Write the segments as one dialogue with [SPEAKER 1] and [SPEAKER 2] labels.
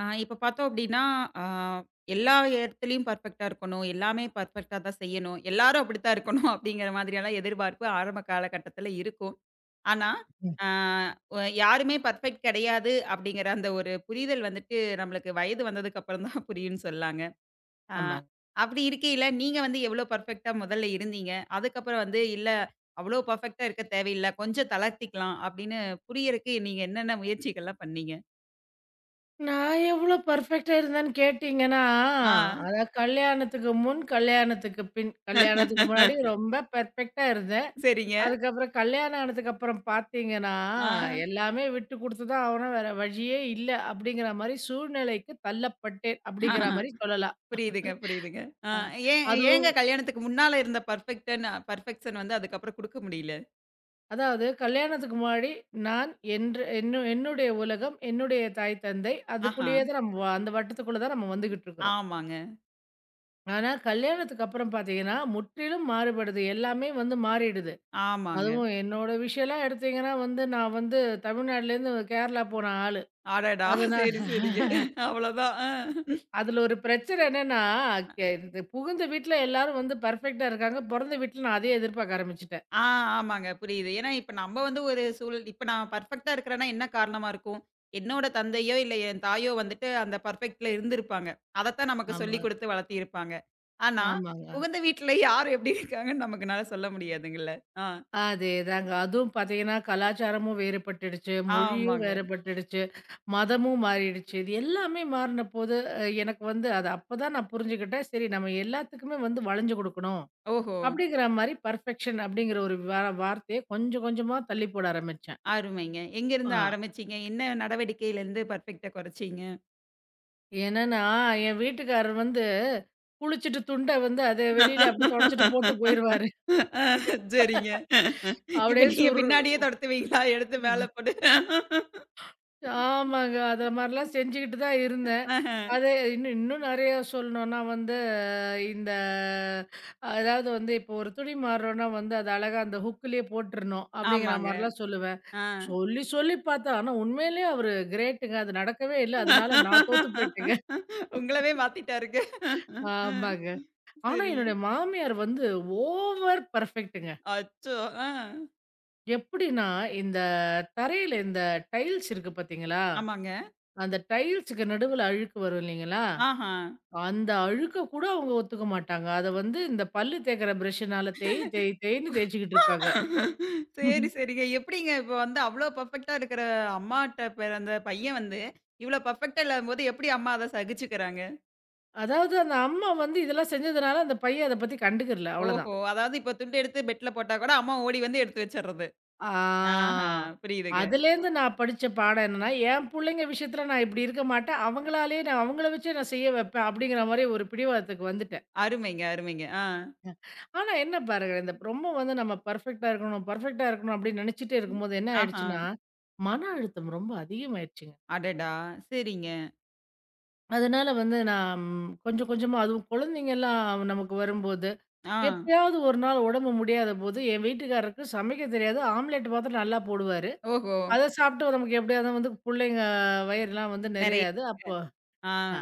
[SPEAKER 1] இப்ப பார்த்தோம் அப்டின்னா, ஆ எல்லா இடத்துலயும் பெர்ஃபெக்ட்டா இருக்கணும். எல்லாமே பெர்ஃபெக்ட்டா தான் செய்யணும். எல்லாரும் அப்படித்தான் இருக்கணும் அப்படிங்கிற மாதிரியெல்லாம் எதிர்பார்ப்பு ஆரம்ப காலகட்டத்தில இருக்கும். ஆனா,
[SPEAKER 2] ம்.
[SPEAKER 1] ஆ ஒ யாருமே பெர்ஃபெக்ட் கிடையாது அப்படிங்கிற அந்த ஒரு புரிதல் வந்துட்டு நம்மளுக்கு வயது வந்ததுக்கு அப்புறம் தான் புரியும்ன்னு சொல்லலாங்க. ஆ
[SPEAKER 2] ஆமாங்க.
[SPEAKER 1] அப்படி இருக்கையில நீங்க வந்து எவ்வளோ பெர்ஃபெக்ட்டா முதல்ல இருந்தீங்க? அதுக்கப்புறம் வந்து இல்ல அவ்வளோ பெர்ஃபெக்ட்டா இருக்க தேவையில்ல. கொஞ்சம் தளர்த்திக்கலாம் அப்படின்னு புரியறக்கு நீங்க என்னென்ன முயற்சிகள்லாம் பண்ணீங்க?
[SPEAKER 2] நான் எவ்ளோ பெர்ஃபெக்ட்டா இருந்தேன்னு கேட்டீங்கன்னா,
[SPEAKER 1] ஆ.
[SPEAKER 2] அதான் கல்யாணத்துக்கு முன், கல்யாணத்துக்கு பின். கல்யாணத்துக்கு முன்னாடி ரொம்ப பெர்ஃபெக்ட்டா இருந்தேன்.
[SPEAKER 1] சரிங்க.
[SPEAKER 2] அதுக்கப்புறம் கல்யாணம் ஆனதுக்கு அப்புறம் பார்த்தீங்கன்னா,
[SPEAKER 1] ஆ.
[SPEAKER 2] எல்லாமே விட்டு குடுத்து தான் ஆவணும். வேற வழியே இல்ல. அப்படிங்கிற மாரி சூழ்நிலைக்கு தள்ளப்பட்டேன். அப்படிங்கிற மாரி சொல்லலாம்.
[SPEAKER 1] புரியுதுங்க, புரியுதுங்க. ஆ
[SPEAKER 2] அ
[SPEAKER 1] ஏங்க
[SPEAKER 2] அதுவும்
[SPEAKER 1] கல்யாணத்துக்கு முன்னால இருந்த பெர்ஃபெக்ட்ன்னு பெர்ஃபெக்ஷன் வந்து அதுக்கப்புறம் குடுக்க முடியல?
[SPEAKER 2] அதாவது கல்யாணத்துக்கு முன்னாடி நான் என்று என்னு என்னுடைய உலகம், என்னுடைய தாய், தந்தை
[SPEAKER 1] ஆஹா.
[SPEAKER 2] அதுக்குள்ளேயே தான் நம்ம அந்த வட்டத்துக்குள்ள தான் நம்ம வந்துகிட்டுருக்கிறோம்.
[SPEAKER 1] ஆமாங்க,
[SPEAKER 2] ஆனா, கல்யாணத்துக்கு அப்புறம் பார்த்தீங்கன்னா, முற்றிலும் மாறுபடுது. எல்லாமே வந்து மாறிடுது.
[SPEAKER 1] ஆமாங்க.
[SPEAKER 2] அதுவும் என்னோட விஷயம்லாம் எடுத்தீங்கன்னா வந்து, நான் வந்து தமிழ்நாடுலேருந்து கேரளா போன ஆளு.
[SPEAKER 1] அடடா!
[SPEAKER 2] அதனால
[SPEAKER 1] சரி, சரிங்க. அவ்வளோதான்.
[SPEAKER 2] அதில ஒரு பிரச்சனை என்னன்னா, இது புகுந்த வீட்ல எல்லாரும் வந்து பெர்ஃபெக்ட்டா இருக்காங்க. பொறந்த வீட்ல நான் அதையே எதிர்பார்க்க ஆரம்பிச்சுட்டேன்.
[SPEAKER 1] ஆ ஆமாங்க புரியுது. ஏன்னா இப்ப நம்ம வந்து ஒரு சூழல் இப்ப நான் பெர்ஃபெக்ட்டா இருக்கிறேன்னா என்ன காரணமா இருக்கும்? என்னோட தந்தையோ, இல்ல என் தாயோ வந்துட்டு அந்த பெர்ஃபெக்ட்ல இருந்திருப்பாங்க. அதத்தான் நமக்கு
[SPEAKER 2] ஆமா.
[SPEAKER 1] சொல்லிக் குடுத்து வளர்த்தியிருப்பாங்க. ஆனா,
[SPEAKER 2] ஆமாங்க.
[SPEAKER 1] புகுந்த வீட்ல யார் எப்படி இருக்காங்கன்னு நமக்குனால சொல்ல முடியாதுங்கல்ல. ஆ.
[SPEAKER 2] அதேதாங்க. அதுவும் பார்த்தீங்கன்னா, கலாச்சாரமும் வேறுபட்டுடுச்சு, மொழியும்
[SPEAKER 1] ஆமாங்க.
[SPEAKER 2] வேறுபட்டுடுச்சு, மதமும் மாறிடுச்சு. இது எல்லாமே மாறினபோது, எனக்கு வந்து அது அப்பதான் நான் புரிஞ்சுக்கிட்டேன். சரி நம்ம எல்லாத்துக்குமே வந்து வளைஞ்சு குடுக்கணும்.
[SPEAKER 1] ஓஹோ!
[SPEAKER 2] அப்படிங்கிற மாரி பெர்ஃபெக்ஷன் அப்படிங்கிற ஒரு வார்த்தைய கொஞ்சம் கொஞ்சமா தள்ளி போட ஆரம்பிச்சேன்.
[SPEAKER 1] அருமைங்க. எங்கேருந்து
[SPEAKER 2] ஆ
[SPEAKER 1] ஆரம்பிச்சீங்க? என்ன நடவடிக்கையிலருந்து பர்ஃபெக்ட்டா கொறச்சீங்க?
[SPEAKER 2] என்னன்னா, என் வீட்டுக்காரர் வந்து குளிச்சுட்டு துண்ட வந்து அத வெளியில அப்படியே தொடச்சுட்டு போட்டு போயிருவாரு.
[SPEAKER 1] அ சரிங்க. இப்ப
[SPEAKER 2] அப்படியே
[SPEAKER 1] நீங்க
[SPEAKER 2] சுர்
[SPEAKER 1] பின்னாடியே தொரத்துவீங்களா? எடுத்து மேல போட்டு.
[SPEAKER 2] ஆமாங்க. அத மாரிலாம் செஞ்சுகிட்டு தான் இருந்தேன்.
[SPEAKER 1] ஆஹ.
[SPEAKER 2] அது இன்னும் இன்னும் நெறைய சொல்லணும்னா வந்து, இந்த அதாவது வந்து இப்போ ஒரு துணி மாறுறோம்னா வந்து, அது அழகா அந்த ஹுக்குலயே போட்டுறணும். அப்படிங்கிற
[SPEAKER 1] ஆமாங்க.
[SPEAKER 2] மாரிலாம் சொல்லுவேன்.
[SPEAKER 1] ஆ.
[SPEAKER 2] சொல்லி சொல்லி பார்த்தேன். ஆனா உண்மையிலயே அவரு கிரேட்டுங்க. அது நடக்கவே இல்ல. அதனால நான் தோத்து போயிட்டேங்க.
[SPEAKER 1] உங்களவே மாத்திட்டாருங்க. அ
[SPEAKER 2] ஆமாங்க. ஆனா
[SPEAKER 1] சரிங்க.
[SPEAKER 2] என்னுடைய மாமியார் வந்து ஓவர் பெர்ஃபெக்ட்டுங்க.
[SPEAKER 1] அச்சோ! ஆ.
[SPEAKER 2] எப்படின்னா, இந்த தரையில இந்த டைல்ஸ் இருக்கு பார்த்தீங்களா?
[SPEAKER 1] ஆமாங்க.
[SPEAKER 2] அந்த டைல்ஸ்க்கு நடுவுல அழுக்கு வரும் இல்லைங்களா?
[SPEAKER 1] ஆஹா.
[SPEAKER 2] அந்த அழுக்க கூட அவங்க ஒத்துக்க மாட்டாங்க. அத வந்து இந்த பல்லு தேய்க்கிற பிரஷ்ஷுனால தேய் தேய் தேய்ன்னு தேய்ச்சுக்கிட்டு இருப்பாங்க.
[SPEAKER 1] சரி, சரிங்க. எப்படிங்க இப்ப வந்து அவ்ளோ பெர்ஃபெக்ட்டா இருக்கிற அம்மாட்ட பெற அந்த பையன் வந்து, இவ்ளோ பெர்ஃபெக்ட்டா இல்லாதபோது எப்படி அம்மா அத சகிச்சுக்கிறாங்க?
[SPEAKER 2] அதாவது அந்த அம்மா வந்து இதெல்லாம் செஞ்சதுனால, அந்த பையன் அத பத்தி கண்டுக்கிறல. அவ்வளதான்.
[SPEAKER 1] ஓஹோ! அதாவது இப்ப துண்டு எடுத்து பெட்ல போட்டா கூட அம்மா ஓடி வந்து எடுத்து வச்சர்றது.
[SPEAKER 2] ஆ.
[SPEAKER 1] ஆஹா, புரியுதுங்க.
[SPEAKER 2] அதுலேருந்து நான் படிச்ச பாடம் என்னன்னா, என் புள்ளைங்க விஷயத்துல நான் இப்படி இருக்க மாட்டேன். அவங்கள வச்சே நான் செய்ய வைப்பேன். அப்படிங்கிற மாரி ஒரு பிடிவாதத்துக்கு வந்துட்டேன்.
[SPEAKER 1] அருமைங்க, அருமைங்க. ஆ.
[SPEAKER 2] ஆனா என்ன பாருங்க, இந்த ரொம்ப வந்து நம்ம பெர்ஃபெக்ட்டா இருக்கணும், பெர்ஃபெக்ட்டா இருக்கணும் அப்படின்னு நெனச்சுட்டே
[SPEAKER 1] ம்.
[SPEAKER 2] இருக்கும்போது என்ன
[SPEAKER 1] ஆஹா.
[SPEAKER 2] ஆயிடுச்சுன்னா, மன அழுத்தம் ரொம்ப அதிகமாயிருச்சுங்க.
[SPEAKER 1] அடடா! சரிங்க.
[SPEAKER 2] அதனால வந்து நான் கொஞ்சம் கொஞ்சமா அதுவும் குழந்தைங்கலாம் நமக்கு வரும்போது,
[SPEAKER 1] ஆ.
[SPEAKER 2] எப்பயாவது ஒரு நாள் உடம்பு முடியாத போது, என் வீட்டுக்காரருக்கு சமைக்க தெரியாது. ஆம்லெட் மாத்திரம் நல்லா போடுவாரு.
[SPEAKER 1] ஓஹோ!
[SPEAKER 2] அத சாப்பிட்டு நமக்கு எப்படியாவது வந்து புள்ளைங்க வயிறுலாம் வந்து
[SPEAKER 1] நெறைய
[SPEAKER 2] நிறையாது.
[SPEAKER 1] ஆ.
[SPEAKER 2] அ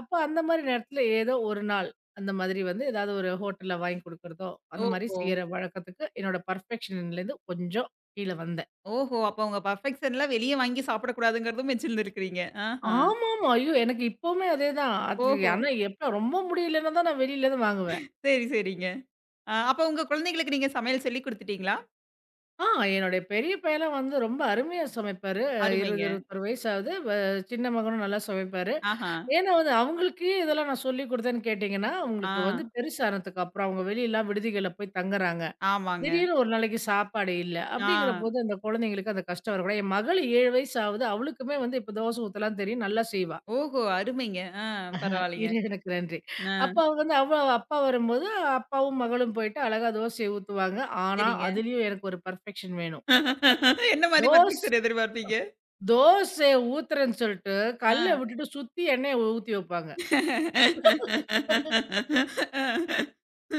[SPEAKER 2] அப்போ அந்த மாரி நேரத்தில ஏதோ ஒரு நாள் அந்த மாதிரி வந்து ஏதாவது ஒரு ஹோட்டல்ல வாங்கி குடுக்குறதோ, அந்த மாரி
[SPEAKER 1] ஓஹோ!
[SPEAKER 2] செய்ற வழக்கத்துக்கு என்னோட பெர்ஃபெக்ஷன்லேருந்து கொஞ்சம் கீழ வந்தேன்.
[SPEAKER 1] ஓஹோ! அப்ப உங்க பெர்ஃபெக்ஷன்லாம் வெளிய வாங்கி சாப்பிடக்கூடாதுங்கிறதும் வச்சிருந்திருக்கிறீங்க. ஆஹா.
[SPEAKER 2] ஆமாமா. ஐயோ! எனக்கு இப்பவுமே அதேதான். அது
[SPEAKER 1] ஓஹோ!
[SPEAKER 2] ஆனா எப்ப ரொம்ப முடியலன்னா தான் நான் வெளியில தான் வாங்குவேன்.
[SPEAKER 1] சரி, சரிங்க. ஆ, அப்ப உங்க குழந்தைகளுக்கு நீங்க சமையல் சொல்லிக் குடுத்துட்டீங்களா?
[SPEAKER 2] ஆ என்னுடைய பெரிய பையன்லாம் வந்து ரொம்ப அருமையா சமைப்பாரு. 20,
[SPEAKER 1] அருமைங்க.
[SPEAKER 2] 21 வயசு ஆகுது. சின்ன மகனும் நல்லா சமைப்பாரு.
[SPEAKER 1] ஆஹா.
[SPEAKER 2] ஏன்னா வந்து அவங்களுக்கு இதெல்லாம் நான் சொல்லிக் குடுத்தேன்னு கேட்டீங்கன்னா,
[SPEAKER 1] ஆ.
[SPEAKER 2] அவங்களுக்கு வந்து பெருசானதுக்கு அப்புறம் அவங்க வெளியலாம் விடுதிகள்ல போய் தங்குறாங்க.
[SPEAKER 1] ஆமாங்க.
[SPEAKER 2] திடீர்னு ஒரு நாளைக்கு சாப்பாடு இல்ல.
[SPEAKER 1] ஆ.
[SPEAKER 2] அப்படிங்கிறபோது அந்த குழந்தைங்களுக்கு அந்த கஷ்டம் வரக்கூடாது. என் மகள் 7 வயசு ஆகுது. அவளுக்குமே வந்து இப்போ தோசை ஊத்தலாம் தெரியும். நல்லா செய்வா.
[SPEAKER 1] ஓஹோ! அருமைங்க. பரவாயில்லைங்க.
[SPEAKER 2] இறைவனுக்கு நன்றி. அப்போ
[SPEAKER 1] ஆ.
[SPEAKER 2] அவ வந்து அவ அப்பா வரும்போது அப்பாவும் மகளும் போயிட்டு அழகா தோசைய ஊத்துவாங்க. ஆனா,
[SPEAKER 1] சரிங்க.
[SPEAKER 2] அதிலயும் எனக்கு ஒரு பெர்ஃபெக்ஷன் வேணும்.
[SPEAKER 1] என்ன மாரி
[SPEAKER 2] தோச
[SPEAKER 1] பர்ஃபெக்ஷன் எதிர்பார்ப்பீங்க?
[SPEAKER 2] தோசைய ஊத்துறேன்னு சொல்ட்டு, கல்ல
[SPEAKER 1] ஆ.
[SPEAKER 2] விட்டுட்டு சுத்தி எண்ணெய ஊத்தி வைப்பாங்க.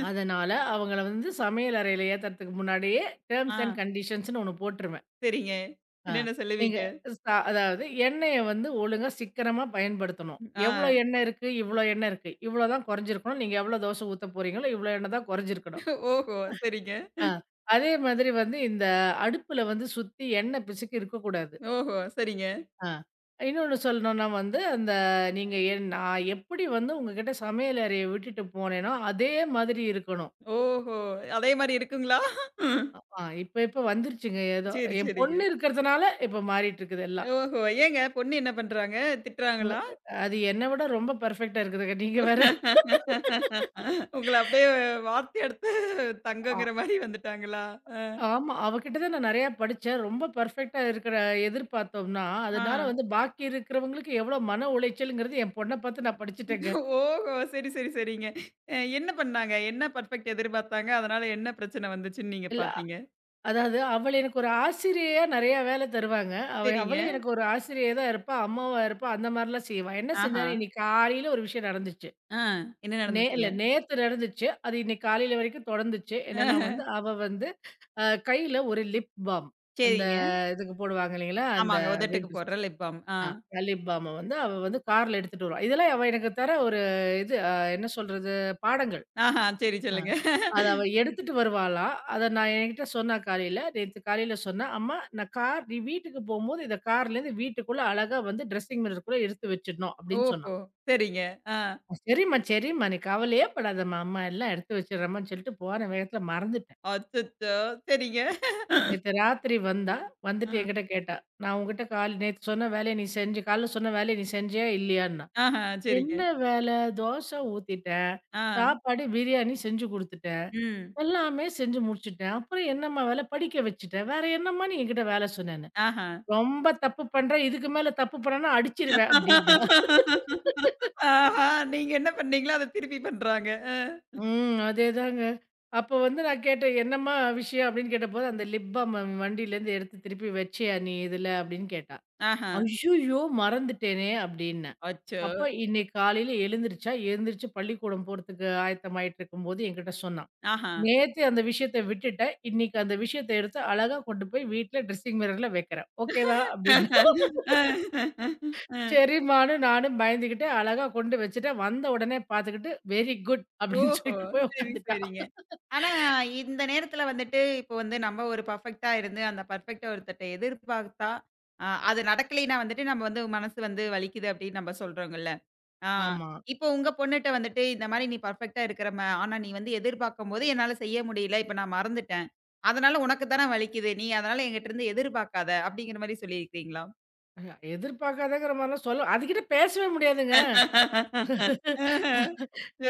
[SPEAKER 2] அதனால அவங்கள வந்து சமையல் அறையில ஏத்துறதுக்கு முன்னாடியே
[SPEAKER 1] ஆ.
[SPEAKER 2] டெர்ம்ஸ் அண்ட் கண்டிஷன்ஸ்ன்னு ஒண்ணு போட்டுருவேன்.
[SPEAKER 1] சரிங்க.
[SPEAKER 2] ஆ
[SPEAKER 1] என்னென்ன
[SPEAKER 2] நீங்க
[SPEAKER 1] சொல்லுவீங்க?
[SPEAKER 2] ச அதாவது எண்ணெய வந்து ஒழுங்கா சிக்கனமா பயன்படுத்தணும்.
[SPEAKER 1] ஆ.
[SPEAKER 2] எவ்வளோ எண்ணெய் இருக்கு, இவ்வளோ எண்ணெய் இருக்கு. இவ்வளோ தான் குறைஞ்சிருக்கணும். நீங்க எவ்வளோ தோசை ஊத்த போறீங்களோ, இவ்வளோ எண்ணெய் தான் குறைஞ்சிருக்கணும்.
[SPEAKER 1] ஓஹோ! சரிங்க.
[SPEAKER 2] ஆ அதே மாதிரி வந்து இந்த அடுப்புல வந்து சுத்தி எண்ணெய் பிசுக்கு இருக்கக்கூடாது.
[SPEAKER 1] ஓஹோ! சரிங்க.
[SPEAKER 2] ஆ. இன்னொன்னு சொல்லணும்னா வந்து, அந்த நீங்க என் நான் எப்படி வந்து உங்ககிட்ட சமையல் அறைய விட்டுட்டு போனேனோ, அதே மாதிரி இருக்கணும்.
[SPEAKER 1] ஓஹோ! அதே மாரி இருக்குங்களா?
[SPEAKER 2] இப்ப இப்ப வந்துருச்சுங்க ஏதோ.
[SPEAKER 1] சரி,
[SPEAKER 2] என்
[SPEAKER 1] சரிங்க.
[SPEAKER 2] பொண்ணு இருக்கிறதுனால இப்ப மாறிட்டு இருக்குது எல்லாம்.
[SPEAKER 1] ஓஹோ! ஏங்க பொண்ணு என்ன பண்றாங்க?
[SPEAKER 2] ங்க
[SPEAKER 1] திட்டுறாங்களா?
[SPEAKER 2] அது என்ன விட ரொம்ப பெர்ஃபெக்ட்டா இருக்குதுங்க. நீங்க வேற.
[SPEAKER 1] உங்கள அப்படியே வாத்தி எடுத்து
[SPEAKER 2] ஆ
[SPEAKER 1] தங்கங்கிற மாரி வந்துட்டாங்களா? அ.
[SPEAKER 2] ஆமா. அவகிட்ட தான் நான் நெறையா படிச்சேன். ரொம்ப பெர்ஃபெக்ட்டா இருக்கிற எதிர்பார்த்தோம்னா,
[SPEAKER 1] ஆ.
[SPEAKER 2] அதனால வந்து பாக்கி இருக்கிறவங்களுக்கு எவ்வளோ மன உளைச்சல்ங்கிறது என் பொண்ண பார்த்து நான் படிச்சுட்டேங்க.
[SPEAKER 1] ஓஹோ! சரி, சரி, சரிங்க. என்ன பண்ணாங்க? என்ன பெர்ஃபெக்ட் எதிர்பார்த்தாங்க? அதனால என்ன பிரச்சனை வந்துச்சுன்னு நீங்க
[SPEAKER 2] இல்ல
[SPEAKER 1] பார்த்தீங்க?
[SPEAKER 2] அதாவது, அவள் எனக்கு ஒரு ஆசிரியையா நெறையா வேலை தருவாங்க.
[SPEAKER 1] சரிங்க.
[SPEAKER 2] அவளே எனக்கு ஒரு ஆசிரியை தான் இருப்பா. அம்மாவா இருப்பா. அந்த மாரிலாம் செய்வா. என்ன
[SPEAKER 1] ஆஹா.
[SPEAKER 2] செஞ்சாலும் இன்னைக்கு காலையில ஒரு விஷயம் நடந்துச்சு.
[SPEAKER 1] ஆ. என்ன நடந்துச்சுங்க?
[SPEAKER 2] இல்ல நேத்து நடந்துச்சு. அது இன்னைக்கு காலையில வரைக்கும் தொடர்ந்துச்சு. என்னன்னா வந்து, அவ வந்து கையில ஒரு லிப் பாம். அந்த
[SPEAKER 1] சரிங்க.
[SPEAKER 2] இதுக்கு போடுவாங்க இல்லைங்களா? அந்த
[SPEAKER 1] ஆமாங்க. உதட்டுக்கு
[SPEAKER 2] வின்டர் சீசன்.
[SPEAKER 1] போடுற லிப் பாம். ஆ.
[SPEAKER 2] ஆ லிப் பாம வந்து அவ வந்து கார்ல எடுத்துட்டு வருவா. இதெல்லாம் அவ எனக்கு தர ஒரு இது அ என்ன சொல்றது? பாடங்கள்.
[SPEAKER 1] ஆஹா. சரி சொல்லுங்க.
[SPEAKER 2] அத அவ எடுத்துட்டு வருவாளாம். அத நான் என்கிட்ட சொன்னா காலையில. நேத்து காலையில சொன்னா, "அம்மா நான் கார் நீ வீட்டுக்கு போம்போது இத கார்லேருந்து வீட்டுக்குள்ள அழகா வந்து ட்ரெஸ்ஸிங் மிரருக்குள்ள எடுத்து வச்சிடணும்." அப்படின்னு சொன்னா.
[SPEAKER 1] ஓஹோ! சரிங்க. ஆ.
[SPEAKER 2] "சரிம்மா, சரிம்மா. நீ கவலையே படாதம்மா. அம்மா எல்லாம் எடுத்து வச்சிடுறேம்மான்னு" சொல்லிட்டு போன வேகத்துல மறந்துட்டேன்.
[SPEAKER 1] அச்சச்சோ! சரிங்க.
[SPEAKER 2] நேத்து ராத்திரி வந்தா, வந்துட்டு
[SPEAKER 1] ஆ.
[SPEAKER 2] என்கிட்ட கேட்டா, "நான் உன்கிட்ட கால் நேத்து சொன்ன வேலைய நீ செஞ்சு காலைல சொன்ன வேலைய நீ செஞ்சியா இல்லையான்னா?"
[SPEAKER 1] ஆஹா. சரிங்க.
[SPEAKER 2] "என்ன வேல? தோசை ஊத்திட்டேன்.
[SPEAKER 1] ஆ.
[SPEAKER 2] சாப்பாடு, பிரியாணி செஞ்சு குடுத்துட்டேன்."
[SPEAKER 1] ம்.
[SPEAKER 2] எல்லாமே செஞ்சு முடிச்சுட்டேன். அப்புறம் என்னம்மா வேல? படிக்க வச்சுட்டேன். வேற என்னம்மா நீ என்கிட்ட வேல சொன்னேன்னு.
[SPEAKER 1] ஆஹா.
[SPEAKER 2] "ரொம்ப தப்பு பண்ற. இதுக்கு மேல தப்பு பண்ணேன்னா அடிச்சிருவேன்" அப்படின்ட்டா.
[SPEAKER 1] ஆஹா! நீங்க என்ன பண்ணீங்களோ, அத திருப்பி பண்றாங்க. அ.
[SPEAKER 2] ம். அதேதாங்க. அப்போ வந்து நான் கேட்டேன், "என்னம்மா விஷயம்?" அப்படின்னு கேட்டபோது, "அந்த
[SPEAKER 1] ம்.
[SPEAKER 2] லிப் பாம் வண்டியிலேருந்து எடுத்து திருப்பி வச்சியா நீ இதுல?" அப்படின்னு கேட்டா.
[SPEAKER 1] ஆஹா.
[SPEAKER 2] "ஐய்யய்யோ! மறந்துட்டேனே!" அப்படின்னேன்.
[SPEAKER 1] அச்சோ!
[SPEAKER 2] அப்ப இன்னைக்கு காலையில எழுந்திருச்சா, எழுந்திருச்சு பள்ளிக்கூடம் போறதுக்கு ஆயத்தமாயிட்டு இருக்கும்போது என்கிட்ட சொன்னா.
[SPEAKER 1] ஆஹா.
[SPEAKER 2] நேத்து அந்த விஷயத்த விட்டுட்டேன். இன்னைக்கு அந்த விஷயத்த எடுத்து அழகா கொண்டு போய் வீட்ல ட்ரெஸ்ஸிங் மிரர்ல வைக்கிறேன். ஓகேவா? அப்டின்னா.
[SPEAKER 1] அ. அ.
[SPEAKER 2] சரிம்மான்னு நானும் பயந்துகிட்டு அழகா கொண்டு வச்சுட்டேன். வந்த உடனே பார்த்துக்கிட்டு வெரி குட் அப்டின்னு
[SPEAKER 1] ஓஹோ!
[SPEAKER 2] சொல்லிட்டு போய்
[SPEAKER 1] சரி,
[SPEAKER 2] உட்காந்துட்டா.
[SPEAKER 1] சரிங்க. ஆனா, இந்த நேரத்துல வந்துட்டு, இப்போ வந்து நம்ம ஒரு பெர்ஃபெக்ட்டா இருந்து, அந்த பெர்ஃபெக்ட்ட ஒருத்தர்ட்ட எதிர்பார்த்தா, அது நடக்கலைன்னா வந்துட்டு, நம்ம வந்து மனசு வந்து வலிக்குது அப்படின்னு நம்ம சொல்றோங்கல்ல. ஆ.
[SPEAKER 2] ஆமா.
[SPEAKER 1] இப்போ உங்க பொண்ணுட்ட வந்துட்டு, இந்த மாரி நீ பெர்ஃபெக்ட்டா இருக்கிறம்மா. ஆனா நீ வந்து எதிர்பார்க்கும்போது என்னால செய்ய முடியல. இப்ப நான் மறந்துட்டேன். அதனால உனக்கு தான வலிக்குது. நீ அதனால என்கிட்ட இருந்து எதிர்பார்க்காத. அப்படிங்கிற மாரி சொல்லியிருக்கிறீங்களா?
[SPEAKER 2] எதிர்பார்க்காதங்கிற மாரிலாம் சொல்ல அதுகிட்ட பேசவே முடியாதுங்க.
[SPEAKER 1] ஆஹா.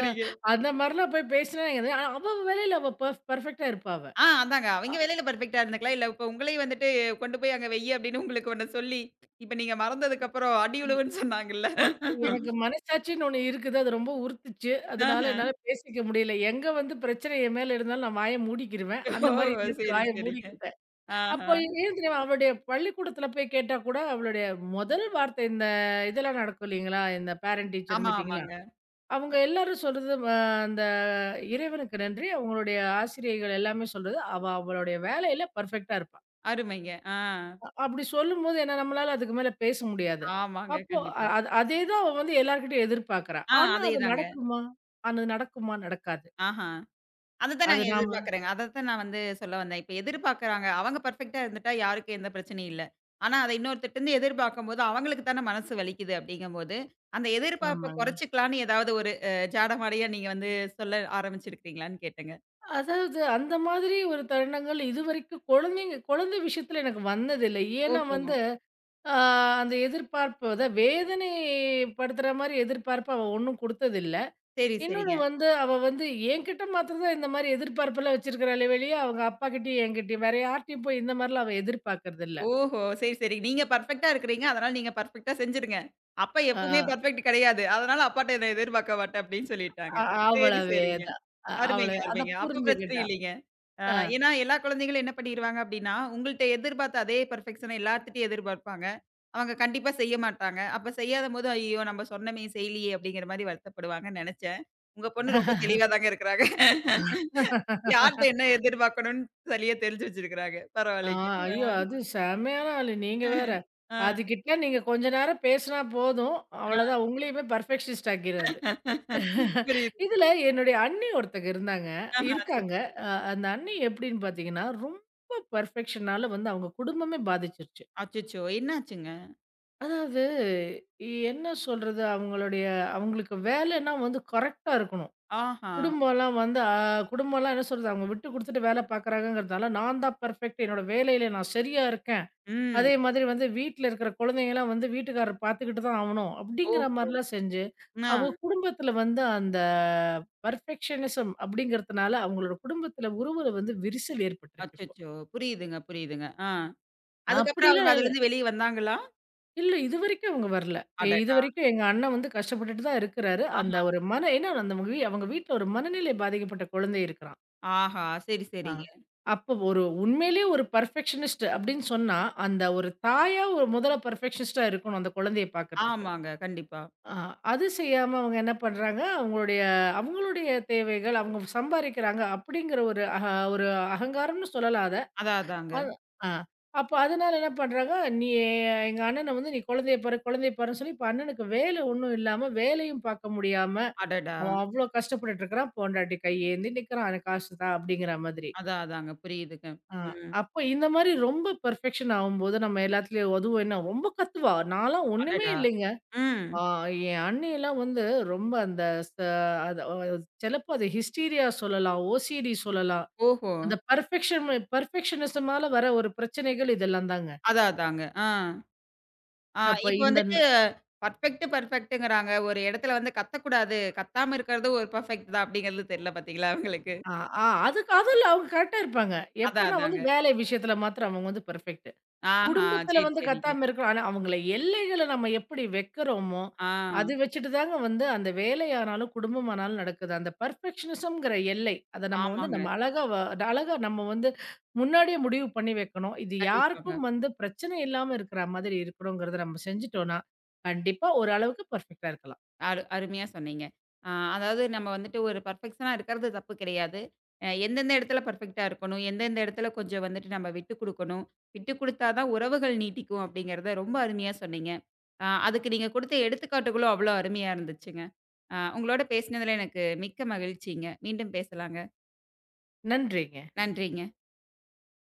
[SPEAKER 2] அ அந்த மாரிலாம் போய் பேசினா, அவ அவ வேலையில அவ பெர்ஃபெக்ட்டா இருப்பா அவ.
[SPEAKER 1] ஆ அதாங்க. அவைங்க வேலையில பெர்ஃபெக்ட்டா இருந்துக்கலாம். இல்ல இப்ப உங்களையும் வந்துட்டு கொண்டு போய் அங்க வையி அப்படின்னு உங்களுக்கு ஒண்ணு சொல்லி, இப்ப நீங்க மறந்ததுக்கு அப்புறம் அடி
[SPEAKER 2] அ
[SPEAKER 1] உழுவுன்னு சொன்னாங்கல்ல.
[SPEAKER 2] எனக்கு மனசாட்சின்னு ஒண்ணு இருக்குது. அது ரொம்ப உறுத்துச்சு. அதனால
[SPEAKER 1] ஆஹா.
[SPEAKER 2] என்னால பேசிக்க முடியல. எங்க வந்து பிரச்சனை என் மேல இருந்தாலும் நான் வாய மூடிக்கிருவேன்.
[SPEAKER 1] ஓ!
[SPEAKER 2] அந்த மாரி இதுக்கு
[SPEAKER 1] சரி,
[SPEAKER 2] வாய
[SPEAKER 1] சரிங்க.
[SPEAKER 2] மூடிக்கிட்டேன்.
[SPEAKER 1] ஆஹா.
[SPEAKER 2] அப்போ ஏன் தெரியுமா? அவளுடைய பள்ளிக்கூடத்துல போய் கேட்டா கூட அவளுடைய முதல் வார்த்தை இந்த இதெல்லாம் நடக்கும் இல்லைங்களா? இந்த பேரண்ட் டீச்சர்
[SPEAKER 1] ஆமா, ஆமாங்க.
[SPEAKER 2] மீட்டிங்லாம். அவங்க எல்லாரும் சொல்றது அ அந்த இறைவனுக்கு நன்றி. அவங்களுடைய ஆசிரியைகள் எல்லாமே சொல்றது, அவளுடைய வேலையில பெர்ஃபெக்ட்டா இருப்பா.
[SPEAKER 1] அருமைங்க. ஆ.
[SPEAKER 2] அப்படி சொல்லும்போது ஏன்னா, நம்மளால அதுக்கு மேல பேச முடியாது.
[SPEAKER 1] ஆமாங்க.
[SPEAKER 2] அப்போ அ
[SPEAKER 1] கண்டிப்பா.
[SPEAKER 2] அது அதே தான் அவ வந்து எல்லார்கிட்டயும் எதிர்பார்க்கிறா.
[SPEAKER 1] ஆ
[SPEAKER 2] ஆனா அது
[SPEAKER 1] அதேதாங்க.
[SPEAKER 2] நடக்குமா? அது நடக்குமா? நடக்காது.
[SPEAKER 1] ஆஹா. அதத்தான்
[SPEAKER 2] அது
[SPEAKER 1] நாங்க
[SPEAKER 2] நாம
[SPEAKER 1] எதிர்பார்க்கிறேங்க. அதத்தான் நான் வந்து சொல்ல வந்தேன். இப்ப எதிர்பார்க்கிறாங்க. அவங்க பெர்ஃபெக்ட்டா இருந்துட்டா யாருக்கும் எந்த பிரச்சனையும் இல்ல. ஆனா, அத இன்னொருத்தர்ட்டருந்து எதிர்பார்க்கும்போது, அவங்களுக்கு தான மனசு வலிக்குது அப்படிங்கும்போது, அந்த எதிர்பார்ப்ப
[SPEAKER 2] ஆமாங்க.
[SPEAKER 1] குறைச்சுக்கலான்னு ஏதாவது ஒரு ஜாடமாடையா நீங்க வந்து சொல்ல ஆரம்பிச்சிருக்கிறீங்களான்னு கேட்டேங்க.
[SPEAKER 2] அதாவது அந்த மாதிரி ஒரு தருணங்கள் இதுவரைக்கும் குழந்தை விஷயத்துல எனக்கு வந்ததில்ல. ஏன்னா
[SPEAKER 1] ஓஹோ!
[SPEAKER 2] வந்து, ஆ அந்த எதிர்பார்ப்பு அத வேதனை படுத்துற மாரி எதிர்பார்ப்பு அவ ஒண்ணும் குடுத்ததில்ல.
[SPEAKER 1] சரி,
[SPEAKER 2] இன்னொன்னு
[SPEAKER 1] சரிங்க.
[SPEAKER 2] வந்து அவ வந்து என்கிட்ட மாத்திரம் தான் இந்த மாரி எதிர்பார்ப்புலாம் வச்சிருக்கிறாளே வெளிய, அவங்க அப்பாகிட்டயும், என்கிட்டயும் வேற யார்ட்டயும் போய் இந்த மாரிலாம் அவ எதிர்பார்க்கறதில்ல.
[SPEAKER 1] ஓஹோ! சரி, சரி. நீங்க பெர்ஃபெக்ட்டா இருக்கிறீங்க. அதனால நீங்க பெர்ஃபெக்ட்டா செஞ்சுருங்க. அப்பா
[SPEAKER 2] ஆ.
[SPEAKER 1] எப்பவுமே பெர்ஃபெக்ட் கிடையாது. அதனால அப்பாட்ட இத எதிர்பார்க்க மாட்டேன் அப்படின்னு சொல்லிட்டாங்க.
[SPEAKER 2] அ
[SPEAKER 1] சரி, சரிங்க.
[SPEAKER 2] அவ்வளவேதான்.
[SPEAKER 1] அருமைங்க,
[SPEAKER 2] அவ்வளவே அத
[SPEAKER 1] அருமைங்க. அப்ப பிரச்சனை
[SPEAKER 2] புரிஞ்சுக்கிட்டான்.
[SPEAKER 1] இல்லைங்க. அ
[SPEAKER 2] அ.
[SPEAKER 1] ஏன்னா எல்லா குழந்தைகளும் என்ன பண்ணிருவாங்க அப்டின்னா, உங்கள்ட்ட எதிர்பார்த்த அதே பெர்ஃபெக்ஷன எல்லார்த்துட்டயும் எதிர்பார்ப்பாங்க. அவங்க கண்டிப்பா செய்ய மாட்டாங்க. அப்ப செய்யாதம்போது, "ஐயய்யோ! நம்ம சொன்னமே செய்யலியே!" அப்படிங்கிற மாரி வருத்தப்படுவாங்கன்னு நெனச்சேன். உங்க பொண்ணு ரொம்ப தெளிவா தாங்க இருக்குறாங்க. யார்ட்ட என்ன எதிர்பார்க்கணும்னு சரியா தெரிஞ்சு வச்சிருக்கிறாங்க.
[SPEAKER 2] ஆ,
[SPEAKER 1] பரவாயில்லைங்க.
[SPEAKER 2] ஐயோ! அது செமையான ஆளு. நீங்க வேற.
[SPEAKER 1] அ, அ,
[SPEAKER 2] அதுகிட்ட நீங்க கொஞ்ச நேரம் பேசினா போதும்.
[SPEAKER 1] அ.
[SPEAKER 2] அவ்வளோதான் உங்களையுமே பெர்ஃபெக்ஷனிஸ்ட் ஆக்கிரும் அது.
[SPEAKER 1] புரியுது.
[SPEAKER 2] இதுல என்னுடைய அண்ணி ஒருத்தங்க இருந்தாங்க.
[SPEAKER 1] ஆஹா,
[SPEAKER 2] இருக்காங்க.
[SPEAKER 1] சரிங்க.
[SPEAKER 2] அந்த அண்ணி எப்படின்னு பார்த்தீங்கன்னா, ரொம்ப பெர்ஃபெக்ஷனால வந்து அவங்க குடும்பமே பாதிச்சிருச்சு.
[SPEAKER 1] அச்சச்சோ! என்னாச்சுங்க?
[SPEAKER 2] அதாவது என்ன சொல்றது? அவங்களுக்கு வேலைன்னா வந்து கரெக்ட்டா இருக்கணும்.
[SPEAKER 1] ஆஹா!
[SPEAKER 2] குடும்பம்லாம் வந்து அ குடும்பம்லாம் என்ன சொல்றது, அவங்க விட்டு குடுத்துட்டு வேல பார்க்குறாங்கங்கிறதுனால, நான் தான் பெர்ஃபெக்ட். என்னோட வேலையில நான் சரியா இருக்கேன்.
[SPEAKER 1] ம்.
[SPEAKER 2] அதே மாதிரி வந்து வீட்ல இருக்கிற குழந்தைங்கலாம் வந்து வீட்டுக்காரர் பார்த்துக்கிட்டு தான் ஆவணும். அப்படிங்கிற
[SPEAKER 1] ஓஹோ!
[SPEAKER 2] மாரிலாம் செஞ்சு,
[SPEAKER 1] ஆ.
[SPEAKER 2] அவங்க குடும்பத்தில வந்து அந்த பெர்ஃபெக்ஷனிசம் அப்படிங்கிறதுனால, அவங்களோட குடும்பத்தில உறவுல வந்து விரிசல் ஏற்பட்டுருச்சு இப்போ.
[SPEAKER 1] அச்சச்சோ! புரியுதுங்க, புரியுதுங்க. ஆ. அதுக்கப்புறம் அவங்க
[SPEAKER 2] அப்படிலாம்
[SPEAKER 1] அதுலருந்து வெளிய வந்தாங்களா?
[SPEAKER 2] இல்ல இதுவரைக்கும் அவங்க வரல.
[SPEAKER 1] அடடா!
[SPEAKER 2] இதுவரைக்கும் எங்க அண்ணன் வந்து கஷ்டப்பட்டுட்டு தான் இருக்கிறாரு.
[SPEAKER 1] ஆஹா.
[SPEAKER 2] அந்த ஒரு மன ஏன்னா அந்த அவங்க வீட்ல ஒரு மனநிலை பாதிக்கப்பட்ட குழந்தை இருக்கிறான்.
[SPEAKER 1] ஆஹா. சரி,
[SPEAKER 2] ஆ.
[SPEAKER 1] சரிங்க.
[SPEAKER 2] அப்போ ஒரு உண்மையிலேயே ஒரு பெர்ஃபெக்ஷனிஸ்ட் அப்படின்னு சொன்னா, அந்த ஒரு தாயா ஒரு முதல்ல பெர்ஃபெக்ஷனிஸ்ட்டா இருக்கணும் அந்த குழந்தைய பார்க்கறதுக்கு.
[SPEAKER 1] ஆமாங்க. கண்டிப்பா.
[SPEAKER 2] ஆ அது செய்யாம அவங்க என்ன பண்றாங்க, அவங்களுடைய அவங்களுடைய தேவைகள், அவங்க சம்பாரிக்கிறாங்க அப்படிங்கிற ஒரு ஒரு அகங்காரம்னு சொல்லலாம் அத.
[SPEAKER 1] அதான், அதாங்க.
[SPEAKER 2] அது ஆ அப்ப அதனால என்ன பண்றாங்க, "நீ எங்க அண்ணன வந்து நீ குழந்தைய பாரு, குழந்தைய பாருன்னு" சொல்லி இப்ப அண்ணனுக்கு வேலை ஒண்ணும் இல்லாம, வேலையும் பார்க்க முடியாம,
[SPEAKER 1] அடடா!
[SPEAKER 2] அவன் அவ்ளோ கஷ்டப்பட்டுட்டு இருக்கிறான். பொண்டாட்டி கையேந்தி நிக்கிறான். "எனக்கு காசு தா" அப்படிங்கிற மாதிரி.
[SPEAKER 1] அதான், அதாங்க. புரியுதுங்க.
[SPEAKER 2] ஆ,
[SPEAKER 1] ம்.
[SPEAKER 2] அப்போ இந்த மாரி ரொம்ப பெர்ஃபெக்ஷன் ஆவும்போது, நம்ம எல்லாத்துலயும் அதுவும் என்ன ரொம்ப கத்துவா. நான்லாம் ஒண்ணுமே
[SPEAKER 1] அடடா!
[SPEAKER 2] இல்லைங்க.
[SPEAKER 1] ம்.
[SPEAKER 2] ஆ என் அண்ணியெல்லாம் வந்து ரொம்ப அந்த ச அது அ சிலப்போ அது ஹிஸ்டீரியா சொல்லலாம், ஓசிடி சொல்லலாம்.
[SPEAKER 1] ஓஹோ!
[SPEAKER 2] அந்த பெர்ஃபெக்ஷனிசமால வர ஒரு பிரச்சனைகள் இதெல்லாம் தாங்க.
[SPEAKER 1] அதான், அதாங்க. ஆ. ஆ
[SPEAKER 2] அப்ப
[SPEAKER 1] இப்ப
[SPEAKER 2] இந்த
[SPEAKER 1] வந்துட்டு
[SPEAKER 2] ந
[SPEAKER 1] பெர்ஃபெக்ட், பெர்ஃபெக்ட்ங்கிறாங்க. ஒரு இடத்துல வந்து கத்தக்கூடாது. கத்தாம இருக்கிறது ஒரு பெர்ஃபெக்ட் தான் அப்படிங்கிறது தெரியல பாத்தீங்களா அவங்களுக்கு.
[SPEAKER 2] ஆ ஆ அதுக்கு அதுல அவங்க கரெக்ட்டா இருப்பாங்க.
[SPEAKER 1] அதான்,
[SPEAKER 2] எப்பன்னா வந்து
[SPEAKER 1] அதாங்க.
[SPEAKER 2] வேலை விஷயத்துல மாத்திரம் அவங்க வந்து பெர்ஃபெக்ட்.
[SPEAKER 1] ஆஹா.
[SPEAKER 2] குடும்பத்துல
[SPEAKER 1] சரி,
[SPEAKER 2] வந்து
[SPEAKER 1] சரிங்க.
[SPEAKER 2] கத்தாம இருக்கணும். ஆனா, அவங்கள எல்லைகள நம்ம எப்படி வைக்கிறோமோ,
[SPEAKER 1] ஆ.
[SPEAKER 2] அது வச்சுட்டு தாங்க வந்து அந்த வேலையானாலும், குடும்பமானாலும் நடக்குது. அந்த பெர்ஃபெக்ஷனிசம்ங்கிற எல்லை. அத நம்ம வந்து
[SPEAKER 1] ஆமாங்க.
[SPEAKER 2] நம்ம அழகா அழகா நம்ம வந்து முன்னாடியே முடிவு பண்ணி வைக்கணும். இது
[SPEAKER 1] கண்டிப்பாங்க.
[SPEAKER 2] யாருக்கும் வந்து பிரச்சனை இல்லாம இருக்கிற மாதிரி இருக்கணுங்கிறத நம்ம செஞ்சுட்டோம்னா, கண்டிப்பா ஓரளவுக்கு பெர்ஃபெக்ட்டா இருக்கலாம்.
[SPEAKER 1] அருமையா சொன்னீங்க. அ அதாவது நம்ம வந்துட்டு ஒரு பெர்ஃபெக்ஷனா இருக்கிறது தப்பு கிடையாது. எந்தெந்த இடத்துல பெர்ஃபெக்ட்டா இருக்கணும், எந்தெந்த இடத்துல கொஞ்சம் வந்துட்டு நம்ம விட்டு குடுக்கணும். விட்டு குடுத்தா தான் உறவுகள் நீட்டிக்கும் அப்படிங்கிறத ரொம்ப அருமையா சொன்னீங்க. அதுக்கு நீங்க குடுத்த எடுத்துக்காட்டுகளும் அவ்வளோ அருமையா இருந்துச்சுங்க. உங்களோட பேசினதுல எனக்கு மிக்க மகிழ்ச்சிங்க. மீண்டும் பேசலாங்க.
[SPEAKER 2] நன்றிங்க.
[SPEAKER 1] நன்றிங்க.